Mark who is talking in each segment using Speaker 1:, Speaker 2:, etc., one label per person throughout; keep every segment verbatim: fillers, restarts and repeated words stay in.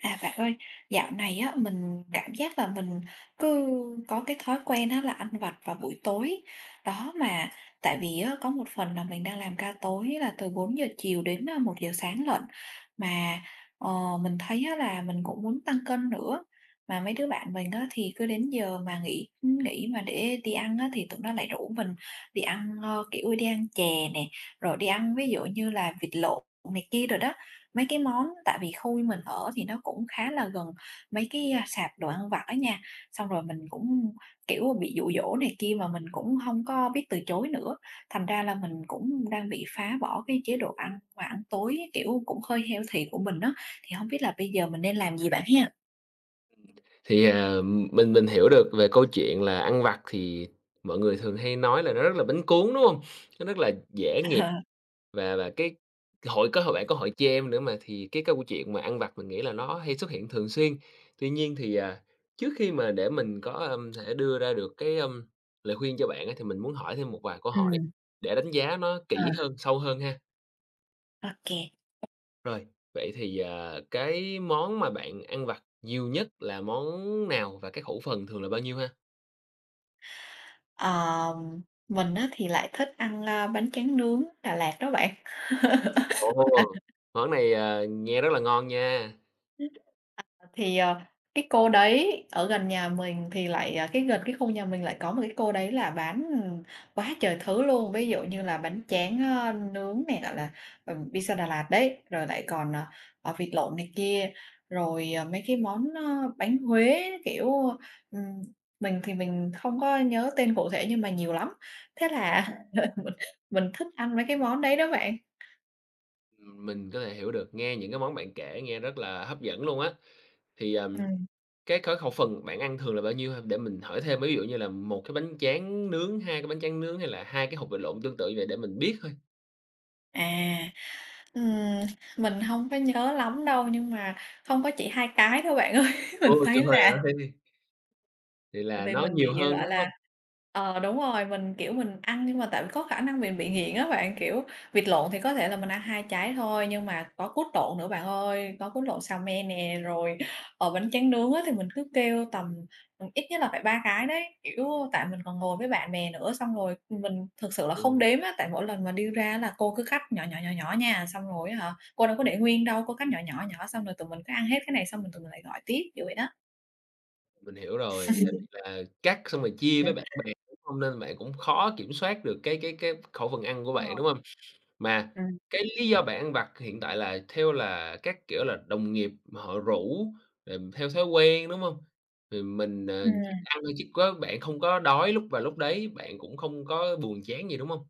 Speaker 1: À, bạn ơi, dạo này á mình cảm giác là mình cứ có cái thói quen á là ăn vặt vào buổi tối. Đó, mà tại vì á có một phần là mình đang làm ca tối là từ bốn giờ chiều đến, à, một giờ sáng lận, mà, ờ, mình thấy á là mình cũng muốn tăng cân nữa, mà mấy đứa bạn mình á thì cứ đến giờ mà nghỉ nghỉ mà để đi ăn á thì tụi nó lại rủ mình đi ăn, ơ, kiểu, đi ăn chè nè, rồi đi ăn ví dụ như là vịt lộn này kia rồi đó. Mấy cái món tại vì khu mình ở thì nó cũng khá là gần mấy cái, a, sạp đồ ăn vặt á nha, xong rồi mình cũng, kiểu, bị dụ dỗ này kia mà mình cũng không có biết từ chối nữa, thành ra là mình cũng đang bị phá bỏ cái chế độ ăn và ăn tối, kiểu, cũng hơi healthy của mình đó. Thì không biết là bây giờ mình nên làm gì bạn ha?
Speaker 2: Thì, à, mình mình hiểu được về câu chuyện là ăn vặt thì mọi người thường hay nói là nó rất là bánh cuốn, đúng không? Nó rất là dễ nghiệp
Speaker 1: Ờ.
Speaker 2: và và cái hội có hội bạn có hội jam nữa mà, thì cái câu chuyện mà ăn vặt mình nghĩ là nó hay xuất hiện thường xuyên. Tuy nhiên thì, à, trước khi mà để mình có, ưm, thể đưa ra được cái, ưm, lời khuyên cho bạn á, thì mình muốn hỏi thêm một vài câu hỏi
Speaker 1: Ừm,
Speaker 2: để đánh giá nó
Speaker 1: ờ.
Speaker 2: kỹ hơn, sâu hơn ha.
Speaker 1: Ô kê.
Speaker 2: Rồi, vậy thì, à, cái món mà bạn ăn vặt nhiều nhất là món nào và cái khẩu phần thường là bao nhiêu ha?
Speaker 1: Mình á thì lại thích ăn, a, bánh tráng nướng Đà Lạt đó bạn.
Speaker 2: Ồ! Món này, ờ, nghe rất là ngon nha,
Speaker 1: Thì, ờ, cái cô đấy ở gần nhà mình thì lại, à cái gần cái khu nhà mình lại có một cái cô đấy là bán, ừ, quá trời thứ luôn, ví dụ như là bánh tráng, ơ, nướng này gọi là, ừm, pizza Đà Lạt đấy, rồi lại còn, ờ, ờ, vịt lộn này kia, rồi, ờ, mấy cái món, ơ, bánh Huế, kiểu, ừm, mình thì mình không có nhớ tên cụ thể nhưng mà nhiều lắm. Thế là mình mình thích ăn mấy cái món đấy đó bạn.
Speaker 2: mình có thể hiểu được, nghe những cái món bạn kể nghe rất là hấp dẫn luôn á. Thì, ờm,
Speaker 1: Ừm,
Speaker 2: cái cái khẩu phần bạn ăn thường là bao nhiêu ha? Để mình hỏi thêm, ví dụ như là một cái bánh tráng nướng, hai cái bánh tráng nướng hay là hai cái hột vịt lộn tương tự như vậy để mình biết thôi.
Speaker 1: à. Ừm, mình hông có nhớ lắm đâu, nhưng mà không có chỉ hai cái đâu bạn ơi. Mình
Speaker 2: Ôi
Speaker 1: thấy
Speaker 2: trời
Speaker 1: là.
Speaker 2: ơi! thế thì
Speaker 1: Tại
Speaker 2: là
Speaker 1: vì
Speaker 2: nó
Speaker 1: mình
Speaker 2: nhiều
Speaker 1: bị,
Speaker 2: hơn,
Speaker 1: gọi
Speaker 2: đúng không?
Speaker 1: là ờ, đúng rồi, mình, kiểu, mình ăn nhưng mà tại vì có khả năng mình bị nghiện á bạn, kiểu, vịt lộn thì có thể là mình ăn hai trái thôi, nhưng mà có cút lộn nữa bạn ơi, có cút lộn xào me nè, rồi, ờ, bánh tráng nướng á thì mình cứ kêu tầm, ừm, ít nhất là phải ba cái đấy. Kiểu, tại mình còn ngồi với bạn bè nữa, xong rồi mình thực sự là không
Speaker 2: Ừm,
Speaker 1: đếm á, tại mỗi lần mà đi ra là cô cứ cắt nhỏ, nhỏ, nhỏ, nhỏ nha, xong rồi á hả, cô đâu có để nguyên đâu, cô cắt nhỏ, nhỏ, nhỏ xong rồi tụi mình cứ ăn hết cái này xong rồi tụi mình lại gọi tiếp, kiểu vậy đó.
Speaker 2: mình hiểu rồi, tại vì là cắt xong rồi chia với bạn bè, đúng hông? Nên bạn cũng khó kiểm soát được cái cái cái khẩu phần ăn của
Speaker 1: Đúng
Speaker 2: bạn,
Speaker 1: rồi.
Speaker 2: đúng không? Mà
Speaker 1: Ừm,
Speaker 2: cái lý do bạn ăn vặt hiện tại là theo là các, kiểu là, đồng nghiệp họ rủ, rồi theo thói quen, đúng hông? Thì mình, ờ, chỉ
Speaker 1: Ừm.
Speaker 2: ăn thôi chứ có bạn không có đói lúc và lúc đấy, bạn cũng không có buồn chán gì, đúng hông?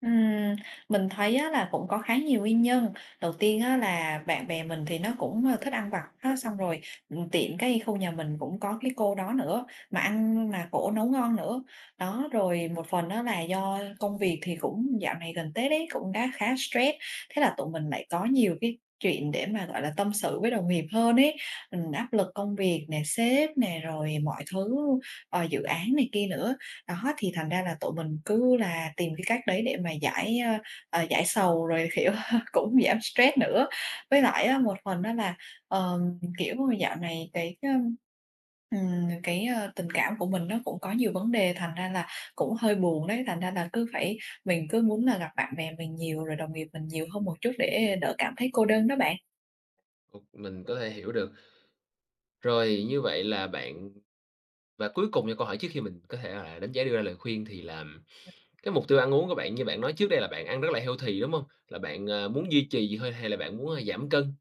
Speaker 1: Ừm, mình thấy á, là cũng có khá nhiều nguyên nhân. Đầu tiên á, là bạn bè mình thì nó cũng, ơ, thích ăn vặt á, xong rồi, ừm, tiện cái khu nhà mình cũng có cái cô đó nữa, mà ăn mà cổ nấu ngon nữa. Đó, rồi một phần đó là do công việc thì cũng dạo này gần Tết ấy, cũng đã khá stress, thế là tụi mình lại có nhiều cái chuyện để mà, gọi là, tâm sự với đồng nghiệp hơn ấy. Ừm, áp lực công việc nè, sếp nè, rồi mọi thứ, ờ, dự án này kia nữa. Đó, thì thành ra là tụi mình cứ là tìm cái cách đấy để mà giải, ơ, ờ, giải sầu rồi, kiểu, cũng giảm stress nữa. Với lại á, một phần đó là, ờm, kiểu, dạo này cái, ưm, ừm, cái, ơ, tình cảm của mình nó cũng có nhiều vấn đề, thành ra là cũng hơi buồn đấy, thành ra là cứ phải mình cứ muốn là gặp bạn bè mình nhiều rồi đồng nghiệp mình nhiều hơn một chút để đỡ cảm thấy cô đơn đó bạn.
Speaker 2: Ừm, mình có thể hiểu được. Rồi như vậy là bạn và cuối cùng cho câu hỏi trước khi mình có thể là đánh giá đưa ra lời khuyên thì là cái mục tiêu ăn uống của bạn như bạn nói trước đây là bạn ăn rất là healthy, đúng hông? Là bạn, à, muốn duy trì vậy thôi hay là bạn muốn, a, giảm cân?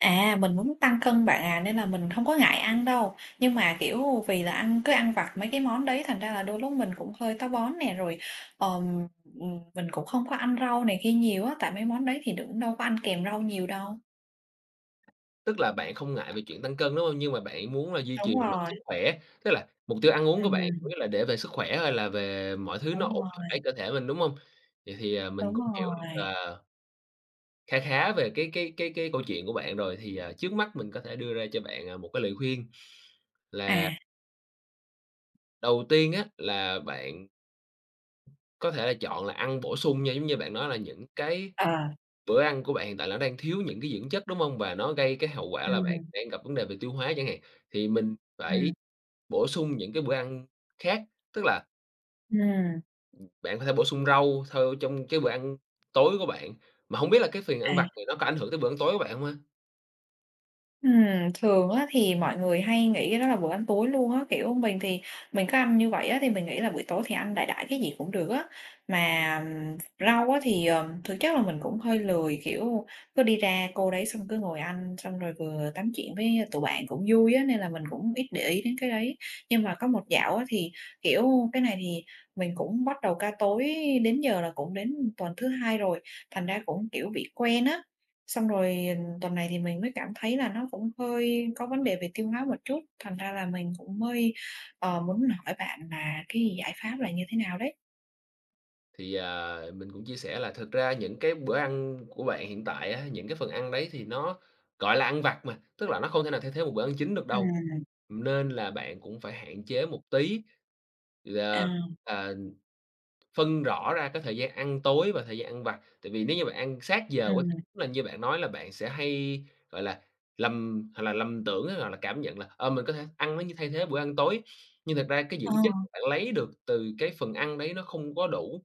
Speaker 1: À, mình muốn tăng cân bạn à, nên là mình không có ngại ăn đâu. Nhưng mà, kiểu, vì là ăn cứ ăn vặt mấy cái món đấy thành ra là đôi lúc mình cũng hơi táo bón nè, rồi, ờm, mình cũng không có ăn rau này kia nhiều á, tại mấy món đấy thì cũng đâu có ăn kèm rau nhiều đâu.
Speaker 2: Tức là bạn không ngại về chuyện tăng cân, đúng hông? Nhưng mà bạn muốn là duy trì
Speaker 1: Đúng
Speaker 2: về mặt
Speaker 1: rồi,
Speaker 2: sức khỏe, tức là mục tiêu ăn uống của bạn chủ
Speaker 1: ừm,
Speaker 2: yếu là để về sức khỏe hay là về mọi thứ nó
Speaker 1: đúng
Speaker 2: ổn
Speaker 1: rồi,
Speaker 2: thỏa cơ thể mình, đúng hông? Vậy thì, à, mình
Speaker 1: đúng
Speaker 2: cũng hiểu được,
Speaker 1: rồi.
Speaker 2: ờ, kha khá về cái cái cái cái câu chuyện của bạn rồi, thì, à, trước mắt mình có thể đưa ra cho bạn, à, một cái lời khuyên là
Speaker 1: À,
Speaker 2: đầu tiên á, là bạn có thể là chọn là ăn bổ sung nha, giống như bạn nói là những cái
Speaker 1: ờ,
Speaker 2: bữa ăn của bạn hiện tại nó đang thiếu những cái dưỡng chất, đúng hông? Và nó gây cái hậu quả là bạn
Speaker 1: ừm,
Speaker 2: đang gặp vấn đề về tiêu hóa chẳng hạn, thì mình phải
Speaker 1: ừm,
Speaker 2: bổ sung những cái bữa ăn khác, tức là
Speaker 1: ừm,
Speaker 2: bạn có thể bổ sung rau theo trong cái bữa ăn tối của bạn. Mà hông biết là cái phiền ăn vặt
Speaker 1: à.
Speaker 2: thì nó có ảnh hưởng tới bữa ăn tối của bạn hông ha?
Speaker 1: Ừm, thường á thì mọi người hay nghĩ cái đó là bữa ăn tối luôn á, kiểu, mình thì mình cứ ăn như vậy á, thì mình nghĩ là buổi tối thì ăn đại đại cái gì cũng được á. Mà, ừm, rau á thì, ờm, thực chất là mình cũng hơi lười, kiểu, cứ đi ra cô đấy xong cứ ngồi ăn, xong rồi vừa tám chuyện với tụi bạn cũng vui á, nên là mình cũng ít để ý đến cái đấy. Nhưng mà có một dạo á thì, kiểu, cái này thì mình cũng bắt đầu ca tối đến giờ là cũng đến tuần thứ hai rồi, thành ra cũng, kiểu, bị quen á. Xong rồi. Tuần này thì mình mới cảm thấy là nó cũng hơi có vấn đề về tiêu hóa một chút, thành ra là mình cũng mới, ờ, muốn hỏi bạn là cái giải pháp là như thế nào đấy?
Speaker 2: Thì, à, mình cũng chia sẻ là thực ra những cái bữa ăn của bạn hiện tại á, những cái phần ăn đấy thì nó, gọi là, ăn vặt mà, tức là nó không thể nào thay thế một bữa ăn chính được
Speaker 1: À,
Speaker 2: đâu, nên là bạn cũng phải hạn chế một tí. Thì, à,
Speaker 1: à,
Speaker 2: à Phân rõ ra cái thời gian ăn tối và thời gian ăn vặt, tại vì nếu như bạn ăn sát giờ quá
Speaker 1: ừm,
Speaker 2: là như bạn nói là bạn sẽ hay, gọi là, lầm hoặc là lầm tưởng á, hoặc là cảm nhận là, ờ, mình có thể ăn nó như thay thế bữa ăn tối, nhưng thật ra cái
Speaker 1: ờ,
Speaker 2: dưỡng chất mà bạn lấy được từ cái phần ăn đấy nó không có đủ.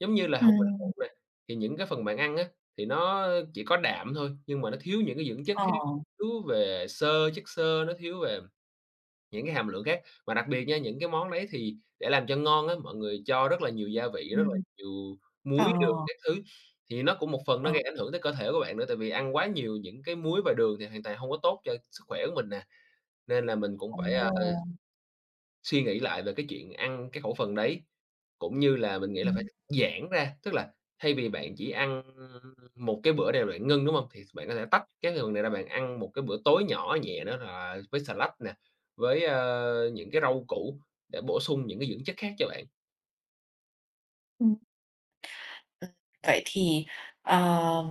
Speaker 2: Giống như là hột vịt lộn
Speaker 1: ừm,
Speaker 2: nè, thì những cái phần bạn ăn á, thì nó chỉ có đạm thôi, nhưng mà nó thiếu những cái dưỡng chất
Speaker 1: ờ,
Speaker 2: khác, thiếu về xơ, chất xơ, nó thiếu về những cái hàm lượng khác, mà đặc biệt nha, những cái món đấy thì để làm cho ngon á, mọi người cho rất là nhiều gia vị, rất là
Speaker 1: ừm,
Speaker 2: nhiều
Speaker 1: ờ,
Speaker 2: muối, đường các thứ, thì nó cũng một phần nó
Speaker 1: ờ,
Speaker 2: gây ảnh hưởng tới cơ thể của bạn nữa, tại vì ăn quá nhiều những cái muối và đường thì hoàn toàn không có tốt cho sức khỏe của mình nè, nên là mình cũng
Speaker 1: ồ,
Speaker 2: phải, à Suy nghĩ lại về cái chuyện ăn cái khẩu phần đấy, cũng như là mình nghĩ là phải
Speaker 1: ừm.
Speaker 2: giãn ra, tức là thay vì bạn chỉ ăn một cái bữa nào bạn ngưng, đúng không? Thì bạn có thể tách cái phần này ra, bạn ăn một cái bữa tối nhỏ nhẹ đó là với salad nè, với, ơ, những cái rau củ để bổ sung những cái dưỡng chất khác cho bạn.
Speaker 1: Ừm, vậy thì, ờ,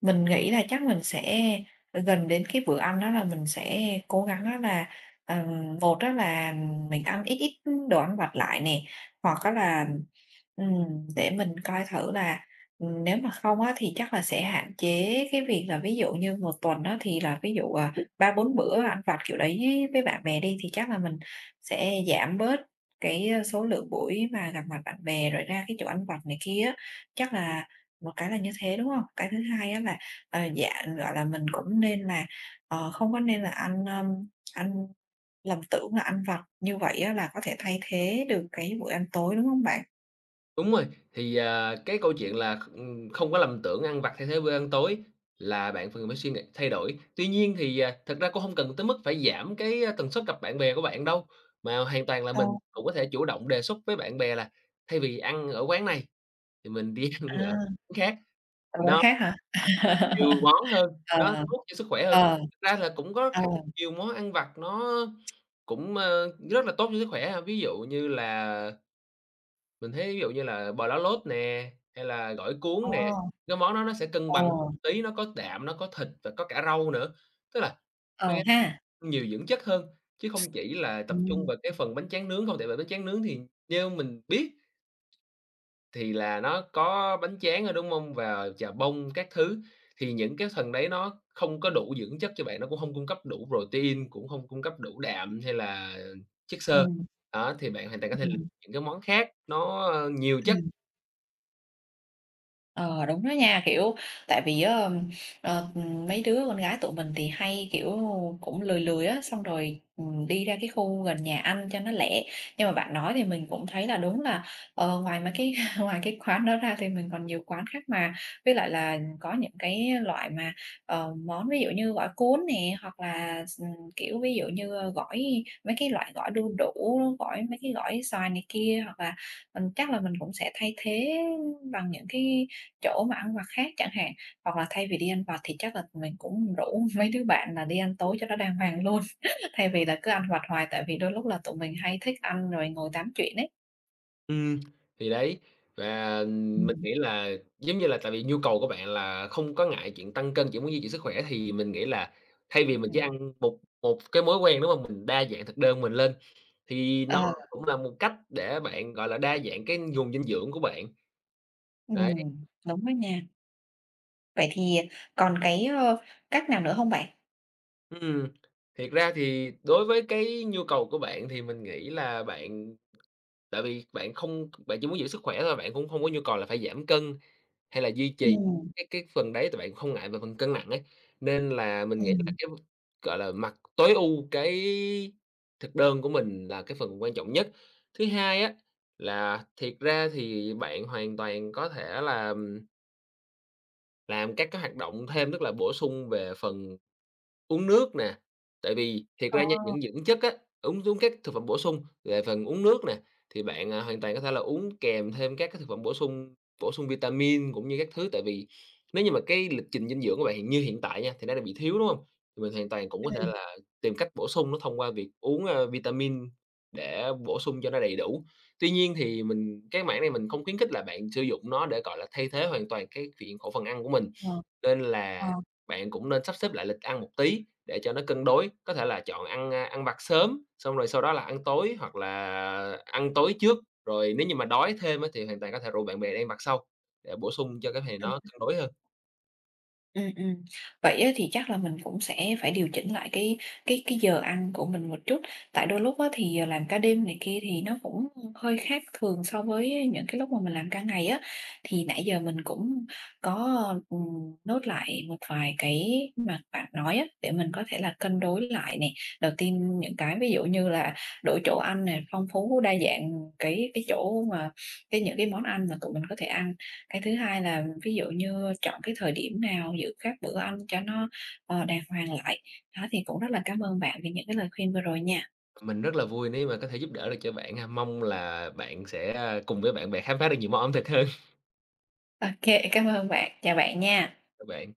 Speaker 1: mình nghĩ là chắc mình sẽ gần đến cái bữa ăn đó là mình sẽ cố gắng á là, ừm, một đó là mình ăn ít ít đồ ăn vặt lại nè, hoặc á là, ừm, để mình coi thử là, ừm, nếu mà không á thì chắc là sẽ hạn chế cái việc là ví dụ như một tuần đó thì là ví dụ, à, ba bốn bữa ăn vặt kiểu đấy với bạn bè đi, thì chắc là mình sẽ giảm bớt cái, ơ, số lượng buổi mà gặp mặt bạn bè rồi ra cái chỗ ăn vặt này kia á, chắc là một cái là như thế, đúng không? Cái thứ hai á là, ờ, dạ, gọi là, mình cũng nên là, ờ, không có nên là ăn, ơm, ăn lầm tưởng là ăn vặt như vậy á là có thể thay thế được cái buổi ăn tối, đúng không bạn?
Speaker 2: Đúng rồi, thì, à, cái câu chuyện là, ừm, không có lầm tưởng ăn vặt thay thế bữa ăn tối là bạn phần phải suy nghĩ thay đổi. Tuy nhiên thì, à, thật ra cũng không cần tới mức phải giảm cái, a, tần suất gặp bạn bè của bạn đâu, mà hoàn toàn là
Speaker 1: Ồ,
Speaker 2: mình cũng có thể chủ động đề xuất với bạn bè là thay vì ăn ở quán này thì mình đi ăn ở
Speaker 1: à,
Speaker 2: quán khác,
Speaker 1: là quán
Speaker 2: nó
Speaker 1: khác hả?
Speaker 2: nhiều món hơn,
Speaker 1: Ờ,
Speaker 2: nó tốt cho sức khỏe hơn.
Speaker 1: ờ,
Speaker 2: Thực ra là cũng có
Speaker 1: ờ,
Speaker 2: khá nhiều món ăn vặt nó cũng, ơ, rất là tốt cho sức khỏe ha, ví dụ như là mình thấy ví dụ như là bò lá lốt nè, hay là gỏi cuốn
Speaker 1: ờ,
Speaker 2: nè, cái món đó nó sẽ cân
Speaker 1: ờ,
Speaker 2: bằng hơn một tí, nó có đạm, nó có thịt và có cả rau nữa, tức là nó
Speaker 1: ờ
Speaker 2: sẽ
Speaker 1: ha.
Speaker 2: nhiều dưỡng chất hơn, chứ không chỉ là
Speaker 1: Ừ,
Speaker 2: tập trung vào cái phần bánh tráng nướng không. Tại vì bánh tráng nướng thì như mình biết thì là nó có bánh tráng rồi, đúng hông? Và chà bông các thứ, thì những cái phần đấy nó không có đủ dưỡng chất cho bạn, nó cũng hông cung cấp đủ protein, cũng hông cung cấp đủ đạm hay là chất xơ.
Speaker 1: ừ,
Speaker 2: Đó, thì bạn hoàn toàn có thể lựa
Speaker 1: ừm.
Speaker 2: những cái món khác nó, ơ, nhiều chất.
Speaker 1: Ờ, đúng đó nha, kiểu, tại vì á, ờ, mấy đứa con gái tụi mình thì hay, kiểu, cũng lười lười á, xong rồi, ừm, đi ra cái khu gần nhà ăn cho nó lẹ. Nhưng mà bạn nói thì mình cũng thấy là đúng là, ờ, ngoài mấy cái ngoài cái quán đó ra thì mình còn nhiều quán khác mà. Với lại là có những cái loại mà, ờ, món ví dụ như gỏi cuốn nè, hoặc là s kiểu, ví dụ như, gỏi mấy cái loại gỏi đu đủ, gỏi mấy cái gỏi xoài này kia, hoặc là, ừm, chắc là mình cũng sẽ thay thế bằng những cái chỗ mà ăn vặt khác chẳng hạn, hoặc là thay vì đi ăn vặt thì chắc là mình cũng rủ mấy đứa bạn là đi ăn tối cho nó đàng hoàng luôn, thay vì là cứ ăn vặt hoài, tại vì đôi lúc là tụi mình hay thích ăn rồi ngồi tám chuyện ấy.
Speaker 2: Ừm, thì đấy, và mình
Speaker 1: Ừm,
Speaker 2: nghĩ là giống như là tại vì nhu cầu của bạn là không có ngại chuyện tăng cân, chỉ muốn duy trì sức khỏe thì mình nghĩ là thay vì mình chỉ
Speaker 1: ừm.
Speaker 2: ăn một một cái mối quen, đúng hông? Mình đa dạng thực đơn mình lên thì nó
Speaker 1: Ờ.
Speaker 2: cũng là một cách để bạn, gọi là, đa dạng cái nguồn dinh dưỡng của bạn. Đấy,
Speaker 1: Ừm, đúng đó nha. Vậy thì còn cái, ơ, cách nào nữa không bạn?
Speaker 2: ừm, thiệt ra thì đối với cái nhu cầu của bạn thì mình nghĩ là bạn tại vì bạn không bạn chỉ muốn giữ sức khỏe thôi, bạn cũng không có nhu cầu là phải giảm cân. Hay là duy trì
Speaker 1: Ừm,
Speaker 2: cái cái phần đấy tại bạn không ngại về phần cân nặng ấy, nên là mình nghĩ là
Speaker 1: ừm.
Speaker 2: cái, gọi là, mặt tối ưu cái thực đơn của mình là cái phần quan trọng nhất. Thứ hai á, là thiệt ra thì bạn hoàn toàn có thể là làm các cái hoạt động thêm, tức là bổ sung về phần uống nước nè, tại vì thiệt
Speaker 1: Ờ,
Speaker 2: ra nha, những dưỡng chất á, uống uống các thực phẩm bổ sung, về phần uống nước nè, thì bạn, à, hoàn toàn có thể là uống kèm thêm các cái thực phẩm bổ sung bổ sung vitamin cũng như các thứ. Tại vì nếu như mà cái lịch trình dinh dưỡng của bạn hiện như hiện tại nha, thì nó đang bị thiếu, đúng không? Thì mình hoàn toàn cũng có thể
Speaker 1: ừm,
Speaker 2: là tìm cách bổ sung nó thông qua việc uống, ơ, vitamin để bổ sung cho nó đầy đủ. Tuy nhiên thì mình cái mảng này mình không khuyến khích là bạn sử dụng nó để, gọi là, thay thế hoàn toàn cái chuyện khẩu phần ăn của mình.
Speaker 1: ờ.
Speaker 2: Nên
Speaker 1: Ờ.
Speaker 2: là bạn cũng nên sắp xếp lại lịch ăn một tí để cho nó cân đối, có thể là chọn ăn, a, ăn vặt sớm, xong rồi sau đó là ăn tối hoặc là ăn tối trước, rồi nếu như mà đói thêm á thì hoàn toàn có thể rủ bạn bè đi ăn vặt sau để bổ sung cho cái này nó
Speaker 1: Ừ.
Speaker 2: cân đối hơn.
Speaker 1: Ừm, ừm. Vậy á thì chắc là mình cũng sẽ phải điều chỉnh lại cái cái cái giờ ăn của mình một chút, tại đôi lúc á thì, ờ, làm ca đêm này kia thì nó cũng hơi khác thường so với những cái lúc mà mình làm ca ngày á. Thì nãy giờ mình cũng có, ừm, note lại một vài cái mà bạn nói á, để mình có thể là cân đối lại nè. Đầu tiên những cái ví dụ như là đổi chỗ ăn này phong phú đa dạng cái cái chỗ mà cái những cái món ăn mà tụi mình có thể ăn. Cái thứ hai là ví dụ như chọn cái thời điểm nào giữ các bữa ăn cho nó, ờ, đàng hoàng lại. Đó, thì cũng rất là cảm ơn bạn vì những cái lời khuyên vừa rồi nha.
Speaker 2: Mình rất là vui nếu mà có thể giúp đỡ được cho bạn ha, mong là bạn sẽ, a, cùng với bạn bè khám phá được nhiều món ẩm thực hơn.
Speaker 1: OK, cảm ơn bạn, chào bạn nha.
Speaker 2: Chào bạn.